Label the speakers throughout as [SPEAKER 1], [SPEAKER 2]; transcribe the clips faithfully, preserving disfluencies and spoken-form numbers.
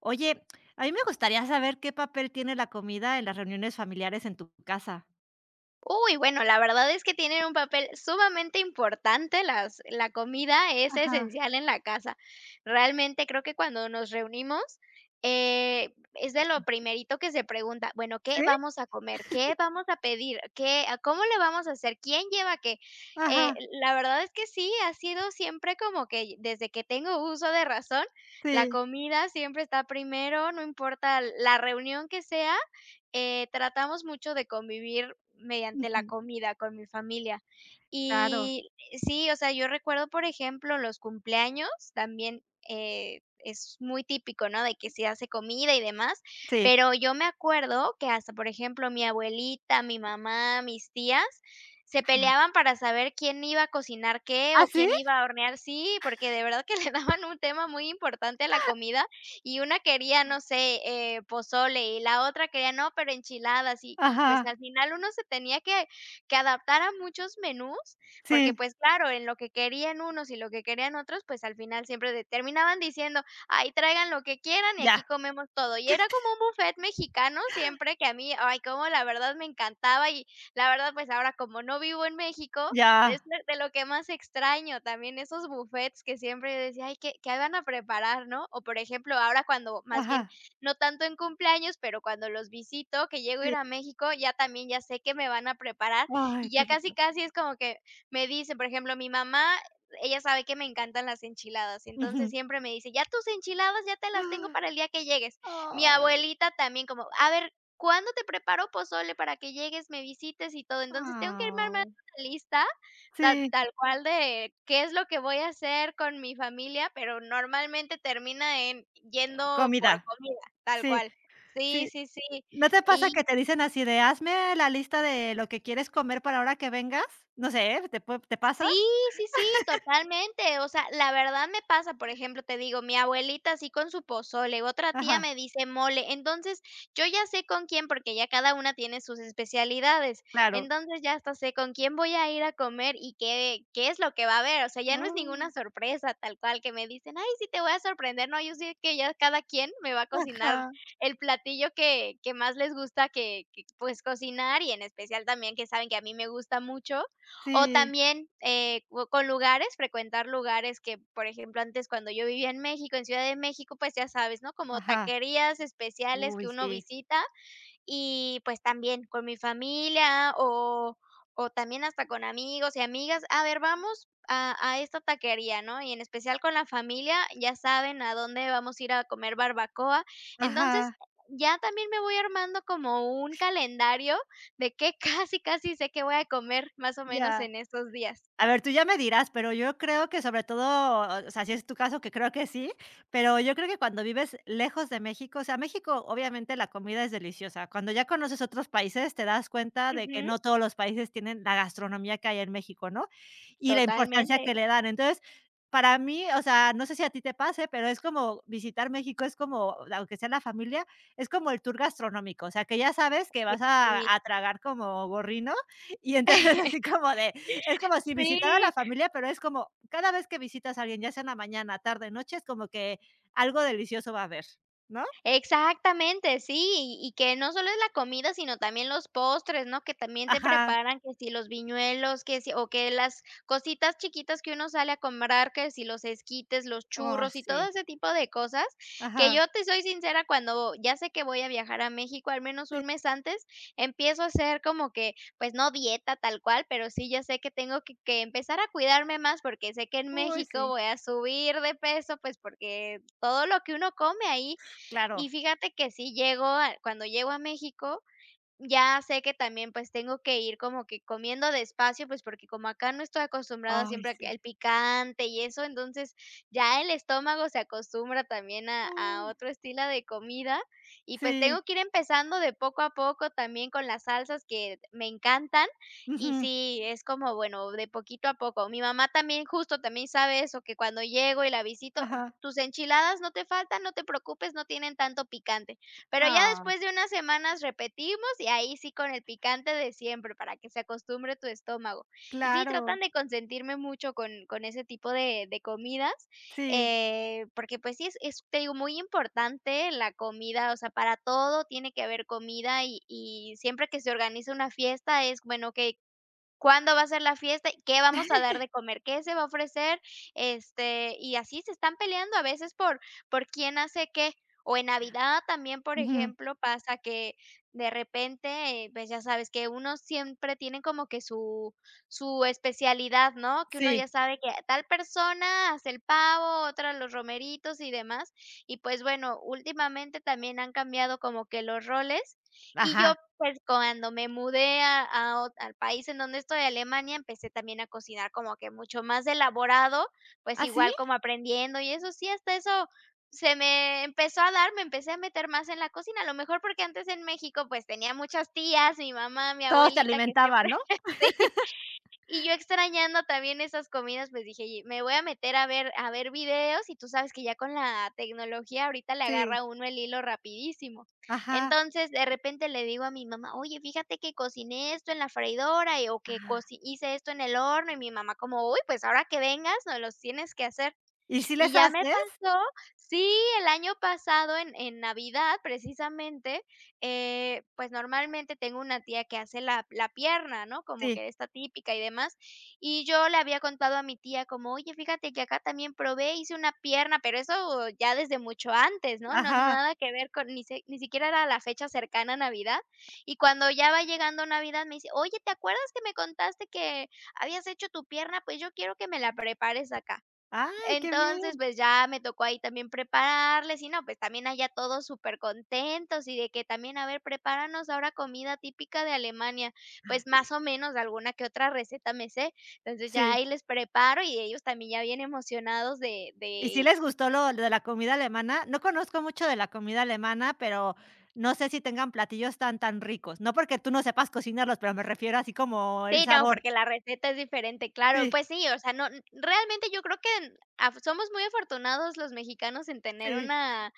[SPEAKER 1] Oye, a mí me gustaría saber qué papel tiene la comida en las reuniones familiares en tu casa.
[SPEAKER 2] Uy, bueno, la verdad es que tienen un papel sumamente importante, las la comida es
[SPEAKER 1] Ajá.
[SPEAKER 2] esencial en la casa. Realmente creo que cuando nos reunimos, eh, es de lo primerito que se pregunta, bueno, ¿qué
[SPEAKER 1] ¿Sí?
[SPEAKER 2] vamos a comer? ¿Qué vamos a pedir? ¿Qué a cómo le vamos a hacer? ¿Quién lleva qué? Eh,
[SPEAKER 1] Ajá,
[SPEAKER 2] la verdad es que sí, ha sido siempre como que desde que tengo uso de razón, la
[SPEAKER 1] sí.
[SPEAKER 2] comida siempre está primero, no importa la reunión que sea, eh, tratamos mucho de convivir mediante la
[SPEAKER 1] Ujú.
[SPEAKER 2] comida con mi familia.
[SPEAKER 1] Claro,
[SPEAKER 2] Y sí, o sea, yo recuerdo, por ejemplo, los cumpleaños también. Eh, es muy típico, ¿no? De que se hace comida y demás,
[SPEAKER 1] sí.
[SPEAKER 2] pero yo me acuerdo que hasta, por ejemplo, mi abuelita, mi mamá, mis tías, se peleaban para saber quién iba a cocinar qué
[SPEAKER 1] ¿Ah,
[SPEAKER 2] o
[SPEAKER 1] sí?
[SPEAKER 2] quién iba a hornear, sí, porque de verdad que le daban un tema muy importante a la comida y una quería, no sé, eh, pozole, y la otra quería, no, pero enchiladas, y y, pues,
[SPEAKER 1] Ajá,
[SPEAKER 2] al final uno se tenía que que adaptar a muchos menús, porque,
[SPEAKER 1] sí.
[SPEAKER 2] pues, claro, en lo que querían unos y lo que querían otros, pues, al final siempre de terminaban diciendo: "Ay, traigan lo que quieran y
[SPEAKER 1] Ya,
[SPEAKER 2] aquí comemos todo". Y era como un buffet mexicano siempre que a mí, ay, como la verdad me encantaba y la verdad, pues, ahora como no vivo en México, es
[SPEAKER 1] ya.
[SPEAKER 2] de de lo que más extraño también, esos buffets que siempre yo decía: "Ay, ¿qué qué van a preparar?", ¿no? O, por ejemplo, ahora cuando más bien,
[SPEAKER 1] Ajá,
[SPEAKER 2] no tanto en cumpleaños, pero cuando los visito, que llego a
[SPEAKER 1] sí.
[SPEAKER 2] ir a México, ya también ya sé qué me van a preparar,
[SPEAKER 1] Ay,
[SPEAKER 2] y
[SPEAKER 1] qué
[SPEAKER 2] ya casi,
[SPEAKER 1] rico.
[SPEAKER 2] casi es como que me dicen, por ejemplo, mi mamá, ella sabe que me encantan las enchiladas, entonces
[SPEAKER 1] Ujú.
[SPEAKER 2] siempre me dice: "Ya tus enchiladas ya te las tengo para el día que llegues". Mi
[SPEAKER 1] Ay,
[SPEAKER 2] abuelita también como: "A ver, ¿cuándo te preparo pozole para que llegues, me visites y todo?". Entonces tengo que armarme
[SPEAKER 1] ay.
[SPEAKER 2] una lista ta
[SPEAKER 1] Sí.
[SPEAKER 2] tal cual de qué es lo que voy a hacer con mi familia, pero normalmente termina en yendo por
[SPEAKER 1] Comida.
[SPEAKER 2] comida, tal
[SPEAKER 1] Sí,
[SPEAKER 2] cual. Sí,
[SPEAKER 1] sí.
[SPEAKER 2] sí, sí.
[SPEAKER 1] ¿No te pasa
[SPEAKER 2] Y
[SPEAKER 1] que te dicen así de: "Hazme la lista de lo que quieres comer para ahora que vengas"? No sé, ¿eh? ¿te pue te pasa?
[SPEAKER 2] sí, sí, sí, totalmente. O sea, la verdad me pasa, por ejemplo, te digo, mi abuelita así con su pozole, otra tía
[SPEAKER 1] Ajá,
[SPEAKER 2] me dice mole. Entonces, yo ya sé con quién, porque ya cada una tiene sus especialidades.
[SPEAKER 1] claro.
[SPEAKER 2] Entonces, ya hasta sé con quién voy a ir a comer y qué, qué es lo que va a haber. O sea, ya no es
[SPEAKER 1] Ah.
[SPEAKER 2] ninguna sorpresa tal cual que me dicen, ay, sí te voy a sorprender. No, yo sé que ya cada quien me va a
[SPEAKER 1] Ajá,
[SPEAKER 2] cocinar el platillo que, que más les gusta que, que, pues cocinar y en especial también que saben que a mí me gusta mucho. O
[SPEAKER 1] sí,
[SPEAKER 2] también, eh, co con lugares, frecuentar lugares que, por ejemplo, antes cuando yo vivía en México, en Ciudad de México, pues ya sabes, ¿no? Como
[SPEAKER 1] ajá.
[SPEAKER 2] taquerías especiales que
[SPEAKER 1] Uy,
[SPEAKER 2] uno
[SPEAKER 1] sí,
[SPEAKER 2] visita y, pues, también con mi familia o o también hasta con amigos y amigas, a ver, vamos a a esta taquería, ¿no? Y en especial con la familia, ya saben a dónde vamos a ir a comer barbacoa. Entonces,
[SPEAKER 1] ajá,
[SPEAKER 2] ya también me voy armando como un calendario de qué casi, casi sé qué voy a comer más o menos
[SPEAKER 1] ya.
[SPEAKER 2] en estos días.
[SPEAKER 1] A ver, tú ya me dirás, pero yo creo que sobre todo, o sea, si es tu caso, que creo que sí, pero yo creo que cuando vives lejos de México, o sea, México, obviamente, la comida es deliciosa. Cuando ya conoces otros países, te das cuenta de que
[SPEAKER 2] Ujú,
[SPEAKER 1] no todos los países tienen la gastronomía que hay en México, ¿no? Y la importancia
[SPEAKER 2] totalmente,
[SPEAKER 1] que le dan. Entonces, para mí, o sea, no sé si a ti te pase, pero es como visitar México, es como, aunque sea la familia, es como el tour gastronómico, o sea, que ya sabes que vas a
[SPEAKER 2] sí.
[SPEAKER 1] a tragar como gorrino y entonces así como de es como si visitara a la
[SPEAKER 2] Sí.
[SPEAKER 1] familia, pero es como cada vez que visitas a alguien, ya sea en la mañana, tarde, noche, es como que algo delicioso va a haber, ¿no?
[SPEAKER 2] Exactamente, sí, y y que no solo es la comida, sino también los postres, ¿no? Que también te
[SPEAKER 1] Ajá.
[SPEAKER 2] preparan, que si los viñuelos, que si o que las cositas chiquitas que uno sale a comprar, que si los esquites, los
[SPEAKER 1] Oh,
[SPEAKER 2] churros y
[SPEAKER 1] sí.
[SPEAKER 2] todo ese tipo de cosas, que
[SPEAKER 1] Ajá.
[SPEAKER 2] yo te soy sincera, cuando ya sé que voy a viajar a México, al menos
[SPEAKER 1] Sí.
[SPEAKER 2] un mes antes, empiezo a hacer como que, pues no dieta tal cual, pero sí ya sé que tengo que, que empezar a cuidarme más porque sé que en
[SPEAKER 1] Uy,
[SPEAKER 2] México
[SPEAKER 1] sí.
[SPEAKER 2] voy a subir de peso, pues porque todo lo que uno come ahí y
[SPEAKER 1] Claro.
[SPEAKER 2] fíjate que sí llego a cuando llego a México, ya sé que también, pues, tengo que ir como que comiendo despacio, pues, porque como acá no estoy acostumbrada
[SPEAKER 1] Ay,
[SPEAKER 2] siempre a que
[SPEAKER 1] sí.
[SPEAKER 2] al picante y eso, entonces, ya el estómago se acostumbra también a a
[SPEAKER 1] Uy.
[SPEAKER 2] otro estilo de comida, y pues,
[SPEAKER 1] Sí.
[SPEAKER 2] tengo que ir empezando de poco a poco también con las salsas que me encantan, y
[SPEAKER 1] Ujú.
[SPEAKER 2] sí, es como, bueno, de poquito a poco. Mi mamá también, justo, también sabe eso, que cuando llego y la visito:
[SPEAKER 1] Ajá.
[SPEAKER 2] "Tus enchiladas no te faltan, no te preocupes, no tienen tanto picante". Pero ya
[SPEAKER 1] Ah,
[SPEAKER 2] después de unas semanas repetimos y ahí sí con el picante de siempre para que se acostumbre tu estómago. Y sí,
[SPEAKER 1] claro.
[SPEAKER 2] tratan de consentirme mucho con con ese tipo de de comidas,
[SPEAKER 1] Sí.
[SPEAKER 2] eh, porque, pues sí, es es, te digo, muy importante la comida, o sea, para todo tiene que haber comida y y siempre que se organiza una fiesta es, bueno, okey, ¿cuándo va a ser la fiesta? Y ¿qué vamos a dar de comer? ¿Qué se va a ofrecer? Este, y así se están peleando a veces por por quién hace qué. O en Navidad también, por
[SPEAKER 1] Ujú.
[SPEAKER 2] ejemplo, pasa que de repente, eh, pues, ya sabes que uno siempre tiene como que su su especialidad, ¿no? Que uno ya
[SPEAKER 1] Sí.
[SPEAKER 2] sabe que tal persona hace el pavo, otra los romeritos y demás. Y, pues, bueno, últimamente también han cambiado como que los roles. Y yo
[SPEAKER 1] Ajá.
[SPEAKER 2] pues, cuando me mudé a a ot al país en donde estoy, Alemania, empecé también a cocinar como que mucho más elaborado, pues,
[SPEAKER 1] ¿Ah, sí?
[SPEAKER 2] igual como aprendiendo, y eso sí, hasta eso se me empezó a dar, me empecé a meter más en la cocina, a lo mejor porque antes en México, pues, tenía muchas tías, mi mamá, mi
[SPEAKER 1] Todos se
[SPEAKER 2] abuelita, que
[SPEAKER 1] alimentaban,
[SPEAKER 2] siempre
[SPEAKER 1] ¿no?
[SPEAKER 2] sí. Y yo extrañando también esas comidas, pues dije: "Y me voy a meter a ver a ver videos", y tú sabes que ya con la tecnología ahorita le
[SPEAKER 1] Sí.
[SPEAKER 2] agarra uno el hilo rapidísimo.
[SPEAKER 1] Ajá.
[SPEAKER 2] Entonces, de repente le digo a mi mamá: "Oye, fíjate que cociné esto en la freidora, y o que
[SPEAKER 1] Ah.
[SPEAKER 2] coci hice esto en el horno", y mi mamá como: "Uy, pues ahora que vengas, nos los tienes que hacer".
[SPEAKER 1] ¿Y si
[SPEAKER 2] Y
[SPEAKER 1] les
[SPEAKER 2] ya me
[SPEAKER 1] haces?
[SPEAKER 2] pasó sí, el año pasado en en Navidad, precisamente, eh, pues, normalmente tengo una tía que hace la la pierna, ¿no? Como
[SPEAKER 1] Sí.
[SPEAKER 2] que está típica y demás, y yo le había contado a mi tía como: "Oye, fíjate que acá también probé, hice una pierna", pero eso ya desde mucho antes, ¿no? No,
[SPEAKER 1] Ajá.
[SPEAKER 2] nada que ver con ni se ni siquiera era la fecha cercana a Navidad. Y cuando ya va llegando Navidad, me dice: "Oye, ¿te acuerdas que me contaste que habías hecho tu pierna? Pues, yo quiero que me la prepares acá".
[SPEAKER 1] Ay, qué
[SPEAKER 2] Entonces,
[SPEAKER 1] bien.
[SPEAKER 2] pues, ya me tocó ahí también prepararles y no, pues, también allá todos súper contentos y de que también: "A ver, prepáranos ahora comida típica de Alemania". Pues, más o menos, alguna que otra receta me sé. Entonces, ya
[SPEAKER 1] Sí.
[SPEAKER 2] ahí les preparo y ellos también ya bien emocionados de
[SPEAKER 1] ¿Y si
[SPEAKER 2] de
[SPEAKER 1] les gustó lo lo de la comida alemana? No conozco mucho de la comida alemana, pero no sé si tengan platillos tan, tan ricos. No porque tú no sepas cocinarlos, pero me refiero así como el
[SPEAKER 2] sí, no,
[SPEAKER 1] sabor.
[SPEAKER 2] porque la receta es diferente, claro.
[SPEAKER 1] Sí,
[SPEAKER 2] Pues sí, o sea, no, n- realmente yo creo que en- af- somos muy afortunados los mexicanos en tener
[SPEAKER 1] sí.
[SPEAKER 2] una,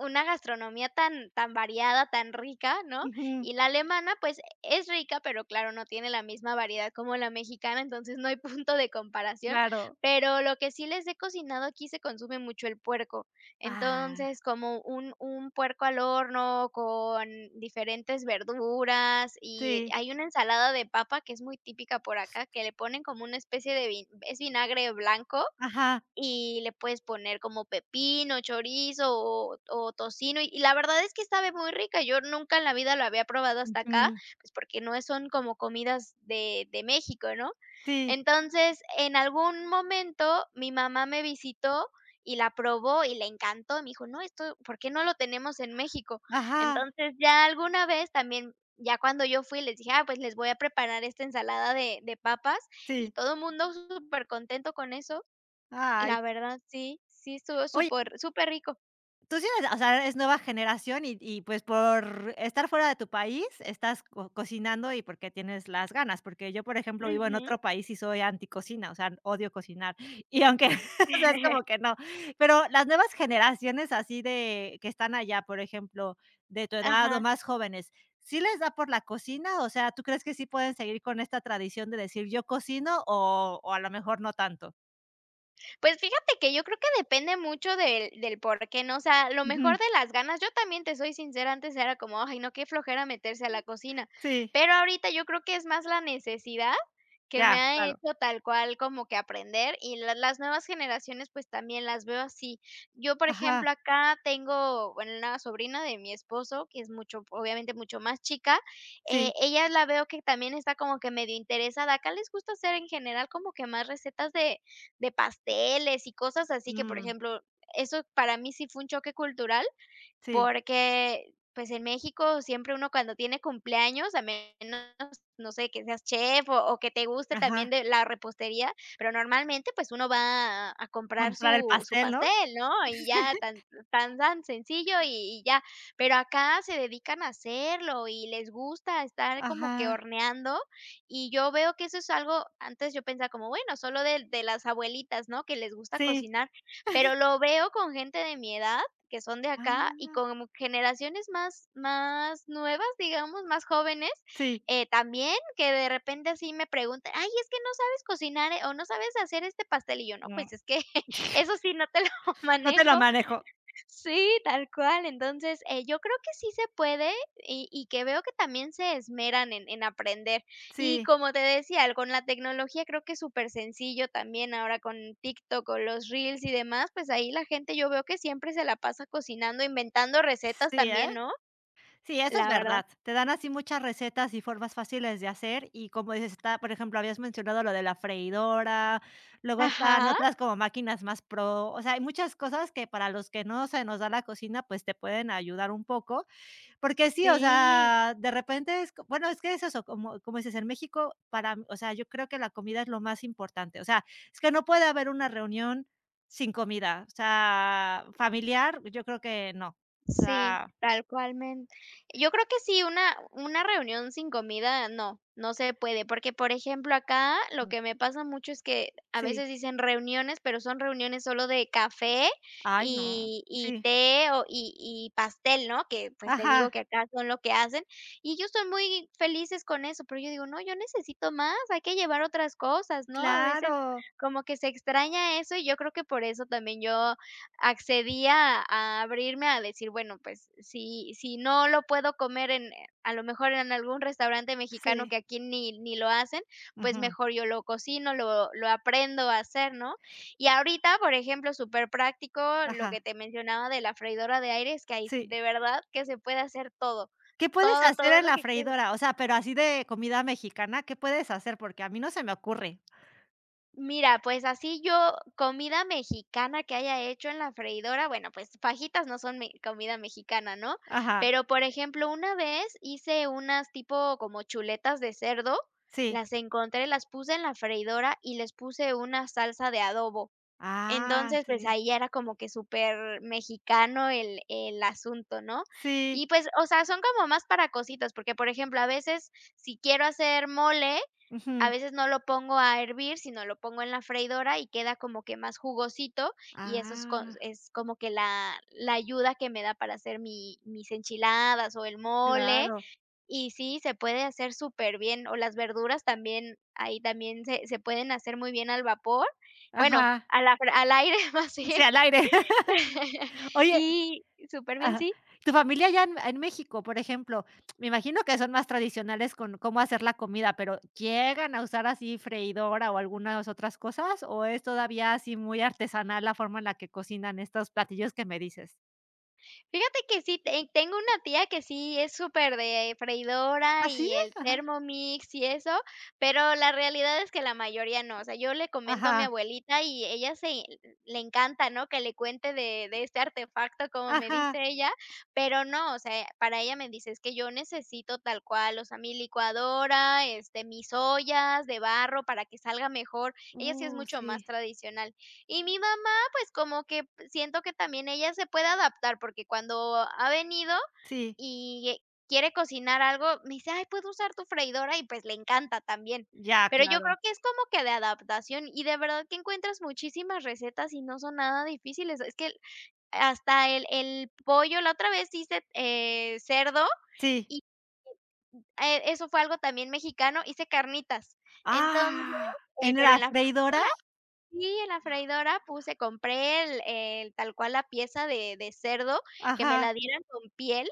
[SPEAKER 2] una gastronomía tan, tan variada, tan rica, ¿no?
[SPEAKER 1] Ujú,
[SPEAKER 2] Y la alemana, pues es rica, pero claro, no tiene la misma variedad como la mexicana, entonces no hay punto de comparación.
[SPEAKER 1] claro.
[SPEAKER 2] Pero lo que sí les he cocinado aquí se consume mucho el puerco.
[SPEAKER 1] Ah,
[SPEAKER 2] Entonces, como un un puerco al horno con diferentes verduras, y
[SPEAKER 1] sí.
[SPEAKER 2] hay una ensalada de papa que es muy típica por acá, que le ponen como una especie de vi es vinagre blanco
[SPEAKER 1] Ajá.
[SPEAKER 2] y le puedes poner como pepino, chorizo o o tocino, y y la verdad es que sabe muy rica. Yo nunca en la vida lo había probado hasta acá,
[SPEAKER 1] Ujú.
[SPEAKER 2] pues, porque no son como comidas de de México, ¿no?
[SPEAKER 1] Sí.
[SPEAKER 2] Entonces, en algún momento, mi mamá me visitó y la probó y le encantó. Me dijo: "No, esto, ¿por qué no lo tenemos en México?".
[SPEAKER 1] Ajá.
[SPEAKER 2] Entonces, ya alguna vez también, ya cuando yo fui, les dije: "Ah, pues les voy a preparar esta ensalada de de papas", y
[SPEAKER 1] Sí.
[SPEAKER 2] todo el mundo súper contento con eso.
[SPEAKER 1] Ay.
[SPEAKER 2] La verdad, sí, sí estuvo
[SPEAKER 1] Oye.
[SPEAKER 2] súper superrico.
[SPEAKER 1] Tú sí eres, o sea, es nueva generación y y, pues, por estar fuera de tu país, estás co cocinando y porque tienes las ganas, porque yo, por ejemplo, vivo en
[SPEAKER 2] Ujú.
[SPEAKER 1] otro país y soy anticocina, o sea, odio cocinar. Y aunque, o sea, es como que no. Pero las nuevas generaciones así de que están allá, por ejemplo, de tu edad o
[SPEAKER 2] Ajá.
[SPEAKER 1] más jóvenes, ¿sí les da por la cocina? O sea, ¿tú crees que sí pueden seguir con esta tradición de decir: "Yo cocino", o o a lo mejor no tanto?
[SPEAKER 2] Pues fíjate que yo creo que depende mucho del del porqué, ¿no? O sea, lo
[SPEAKER 1] Ujú.
[SPEAKER 2] mejor de las ganas yo también te soy sincera, antes era como: "Ay, no, qué flojera meterse a la cocina".
[SPEAKER 1] Sí,
[SPEAKER 2] Pero ahorita yo creo que es más la necesidad que me
[SPEAKER 1] ya,
[SPEAKER 2] ha
[SPEAKER 1] claro.
[SPEAKER 2] hecho tal cual como que aprender, y la las nuevas generaciones, pues, también las veo así. Yo, por
[SPEAKER 1] Ajá,
[SPEAKER 2] ejemplo, acá tengo, bueno, una sobrina de mi esposo, que es mucho obviamente mucho más chica, eh,
[SPEAKER 1] sí.
[SPEAKER 2] ella la veo que también está como que medio interesada. Acá les gusta hacer en general como que más recetas de de pasteles y cosas así que, por
[SPEAKER 1] Mm.
[SPEAKER 2] ejemplo, eso para mí sí fue un choque cultural,
[SPEAKER 1] Sí,
[SPEAKER 2] porque, pues, en México siempre uno cuando tiene cumpleaños, a menos, no sé, que seas chef o o que te guste también
[SPEAKER 1] ajá,
[SPEAKER 2] de la repostería, pero normalmente, pues, uno va a a comprar
[SPEAKER 1] comprar el
[SPEAKER 2] su su
[SPEAKER 1] pastel, ¿no?
[SPEAKER 2] pastel, ¿no? Y ya tan tan tan sencillo y y ya. Pero acá se dedican a hacerlo y les gusta estar como que
[SPEAKER 1] Ajá,
[SPEAKER 2] horneando, y yo veo que eso es algo antes yo pensaba como, bueno, solo de de las abuelitas, ¿no? Que les gusta
[SPEAKER 1] sí,
[SPEAKER 2] cocinar, pero lo veo con gente de mi edad que son de acá y
[SPEAKER 1] ah,
[SPEAKER 2] con generaciones más más nuevas, digamos, más jóvenes,
[SPEAKER 1] sí,
[SPEAKER 2] eh, también que de repente así me preguntan: "Ay, es que no sabes cocinar, eh, o no sabes hacer este pastel", y yo: "No,
[SPEAKER 1] mm,
[SPEAKER 2] pues es que eso sí no te lo
[SPEAKER 1] no te lo
[SPEAKER 2] manejo".
[SPEAKER 1] manejo.
[SPEAKER 2] Sí, tal cual. Entonces, eh, yo creo que sí se puede y, y que veo que también se esmeran en, en aprender. Y
[SPEAKER 1] Sí,
[SPEAKER 2] como te decía, con la tecnología creo que es súper sencillo también ahora con TikTok o los Reels y demás, pues ahí la gente yo veo que siempre se la pasa cocinando, inventando recetas
[SPEAKER 1] sí, ¿eh?
[SPEAKER 2] también, ¿no?
[SPEAKER 1] Sí, eso es
[SPEAKER 2] La verdad.
[SPEAKER 1] verdad. Te dan así muchas recetas y formas fáciles de hacer y como dices, está, por ejemplo, habías mencionado lo de la freidora, luego están
[SPEAKER 2] Ajá,
[SPEAKER 1] otras como máquinas más pro, o sea, hay muchas cosas que para los que no se nos da la cocina, pues te pueden ayudar un poco. Porque sí, o
[SPEAKER 2] sí.
[SPEAKER 1] sea, de repente es, co- bueno, es que es eso, como, como dices, en México, para, mí- o sea, yo creo que la comida es lo más importante. O sea, es que no puede haber una reunión sin comida. O sea, familiar, yo creo que no. O
[SPEAKER 2] Sí,
[SPEAKER 1] sea,
[SPEAKER 2] tal cualmente. Yo creo que sí, una una reunión sin comida no, no se puede, porque, por ejemplo, acá lo
[SPEAKER 1] Mm.
[SPEAKER 2] que me pasa mucho es que a
[SPEAKER 1] sí.
[SPEAKER 2] veces dicen reuniones, pero son reuniones solo de café
[SPEAKER 1] Ay, no.
[SPEAKER 2] y y
[SPEAKER 1] Sí.
[SPEAKER 2] té o y y pastel, ¿no? Que, pues, te
[SPEAKER 1] Ajá.
[SPEAKER 2] digo que acá son lo que hacen, y ellos son muy felices con eso, pero yo digo: "No, yo necesito más, hay que llevar otras cosas", ¿no? A veces
[SPEAKER 1] Claro.
[SPEAKER 2] como que se extraña eso, y yo creo que por eso también yo accedía a abrirme a decir, bueno, pues si si no lo puedo comer en eh, a lo mejor en algún restaurante mexicano
[SPEAKER 1] Sí.
[SPEAKER 2] que aquí ni ni lo hacen, pues
[SPEAKER 1] Ujú.
[SPEAKER 2] mejor yo lo cocino, lo lo aprendo a hacer, ¿no? Y ahorita, por ejemplo, súper práctico lo que
[SPEAKER 1] Ajá.
[SPEAKER 2] te mencionaba de la freidora de aire, es que ahí
[SPEAKER 1] Sí.
[SPEAKER 2] de verdad que se puede hacer todo,
[SPEAKER 1] ¿Qué puedes
[SPEAKER 2] todo,
[SPEAKER 1] hacer
[SPEAKER 2] todo
[SPEAKER 1] en
[SPEAKER 2] lo
[SPEAKER 1] la
[SPEAKER 2] que quieras.
[SPEAKER 1] freidora? O sea, pero así de comida mexicana, ¿qué puedes hacer? Porque a mí no se me ocurre.
[SPEAKER 2] Mira, pues así yo comida mexicana que haya hecho en la freidora, bueno, pues fajitas no son me comida mexicana, ¿no?
[SPEAKER 1] Ajá.
[SPEAKER 2] Pero, por ejemplo, una vez hice unas tipo como chuletas de cerdo,
[SPEAKER 1] Sí.
[SPEAKER 2] las encontré, las puse en la freidora y les puse una salsa de adobo.
[SPEAKER 1] Ah,
[SPEAKER 2] Entonces, pues
[SPEAKER 1] sí.
[SPEAKER 2] ahí ya era como que súper mexicano el el asunto, ¿no?
[SPEAKER 1] Sí.
[SPEAKER 2] Y pues, o sea, son como más para cositas, porque, por ejemplo, a veces si quiero hacer mole, a
[SPEAKER 1] Ujú.
[SPEAKER 2] veces no lo pongo a hervir, sino lo pongo en la freidora y queda como que más jugosito, y eso es co
[SPEAKER 1] Ah,
[SPEAKER 2] es como que la la ayuda que me da para hacer mi mis enchiladas o el mole,
[SPEAKER 1] claro.
[SPEAKER 2] y sí, se puede hacer súper bien o las verduras también, ahí también se se pueden hacer muy bien al vapor, bueno,
[SPEAKER 1] Ajá.
[SPEAKER 2] a la fr al aire más
[SPEAKER 1] Sí,
[SPEAKER 2] bien,
[SPEAKER 1] al aire. Oye,
[SPEAKER 2] y súper bien
[SPEAKER 1] ajá,
[SPEAKER 2] sí.
[SPEAKER 1] tu familia allá en en México, por ejemplo, me imagino que son más tradicionales con cómo hacer la comida, pero, ¿llegan a usar así freidora o algunas otras cosas, o es todavía así muy artesanal la forma en la que cocinan estos platillos que me dices?
[SPEAKER 2] Fíjate que sí, te tengo una tía que sí es súper de
[SPEAKER 1] ¿Ah,
[SPEAKER 2] freidora
[SPEAKER 1] sí?
[SPEAKER 2] y el
[SPEAKER 1] Ajá.
[SPEAKER 2] Thermomix y eso, pero la realidad es que la mayoría no. O sea, yo le comento a mi
[SPEAKER 1] Ajá,
[SPEAKER 2] abuelita y ella se le encanta, ¿no? Que le cuente de, de este artefacto, como me
[SPEAKER 1] ajá.
[SPEAKER 2] dice ella, pero no, o sea, para ella me dice, es que yo necesito tal cual, o sea, mi licuadora, este, mis ollas de barro para que salga mejor. Ella sí es
[SPEAKER 1] Uh,
[SPEAKER 2] mucho más
[SPEAKER 1] sí,
[SPEAKER 2] tradicional. Y mi mamá pues, como que siento que también ella se puede adaptar, porque cuando ha venido
[SPEAKER 1] sí.
[SPEAKER 2] y quiere cocinar algo, me dice: "Ay, ¿puedo usar tu freidora?", y pues le encanta también.
[SPEAKER 1] Ya,
[SPEAKER 2] Pero yo
[SPEAKER 1] claro.
[SPEAKER 2] creo que es como que de adaptación y de verdad que encuentras muchísimas recetas y no son nada difíciles. Es que hasta el el pollo, la otra vez hice, eh, cerdo
[SPEAKER 1] Sí.
[SPEAKER 2] y, eh, eso fue algo también mexicano, hice carnitas. Entonces,
[SPEAKER 1] Ah,
[SPEAKER 2] eh,
[SPEAKER 1] ¿en
[SPEAKER 2] pero
[SPEAKER 1] la
[SPEAKER 2] en la
[SPEAKER 1] freidora?
[SPEAKER 2] Sí, en la freidora puse compré el el tal cual la pieza de de cerdo, que me
[SPEAKER 1] Ajá.
[SPEAKER 2] la dieran con piel,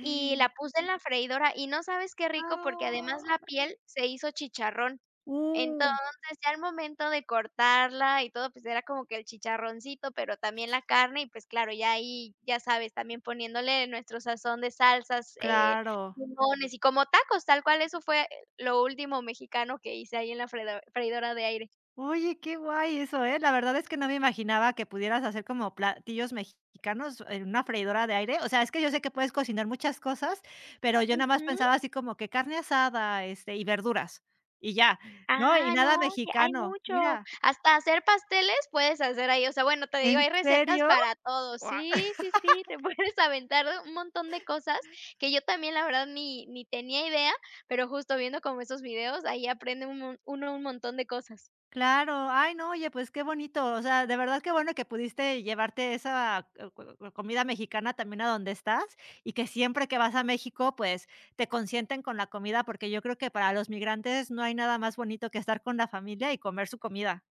[SPEAKER 2] y la puse en la freidora, y no sabes qué rico, porque además
[SPEAKER 1] Ah,
[SPEAKER 2] la piel se hizo chicharrón.
[SPEAKER 1] uh,
[SPEAKER 2] Entonces, ya al momento de cortarla y todo, pues, era como que el chicharroncito, pero también la carne y, pues, claro, ya ahí, ya sabes, también poniéndole nuestro sazón de salsas, eh,
[SPEAKER 1] claro.
[SPEAKER 2] limones y como tacos, tal cual, eso fue lo último mexicano que hice ahí en la fredo freidora de aire.
[SPEAKER 1] Oye, qué guay eso, ¿eh? La verdad es que no me imaginaba que pudieras hacer como platillos mexicanos en una freidora de aire. O sea, es que yo sé que puedes cocinar muchas cosas, pero yo nada más
[SPEAKER 2] Ujú.
[SPEAKER 1] pensaba así como que carne asada, este, y verduras, y ya, ¿no? Y
[SPEAKER 2] Ah,
[SPEAKER 1] nada
[SPEAKER 2] no, que hay
[SPEAKER 1] mexicano.
[SPEAKER 2] mucho.
[SPEAKER 1] Mira,
[SPEAKER 2] Hasta hacer pasteles puedes hacer ahí, o sea, bueno, te digo,
[SPEAKER 1] ¿en
[SPEAKER 2] hay recetas
[SPEAKER 1] serio?
[SPEAKER 2] para todo. Sí, sí, sí, te puedes aventar un montón de cosas que yo también, la verdad, ni ni tenía idea, pero justo viendo como esos videos, ahí aprende un mon uno un montón de cosas.
[SPEAKER 1] Claro, ay no, oye, pues qué bonito, o sea, de verdad qué bueno que pudiste llevarte esa, eh, co co comida mexicana también a donde estás, y que siempre que vas a México, pues, te consienten con la comida, porque yo creo que para los migrantes no hay nada más bonito que estar con la familia y comer su comida.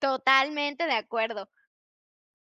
[SPEAKER 2] Totalmente de acuerdo.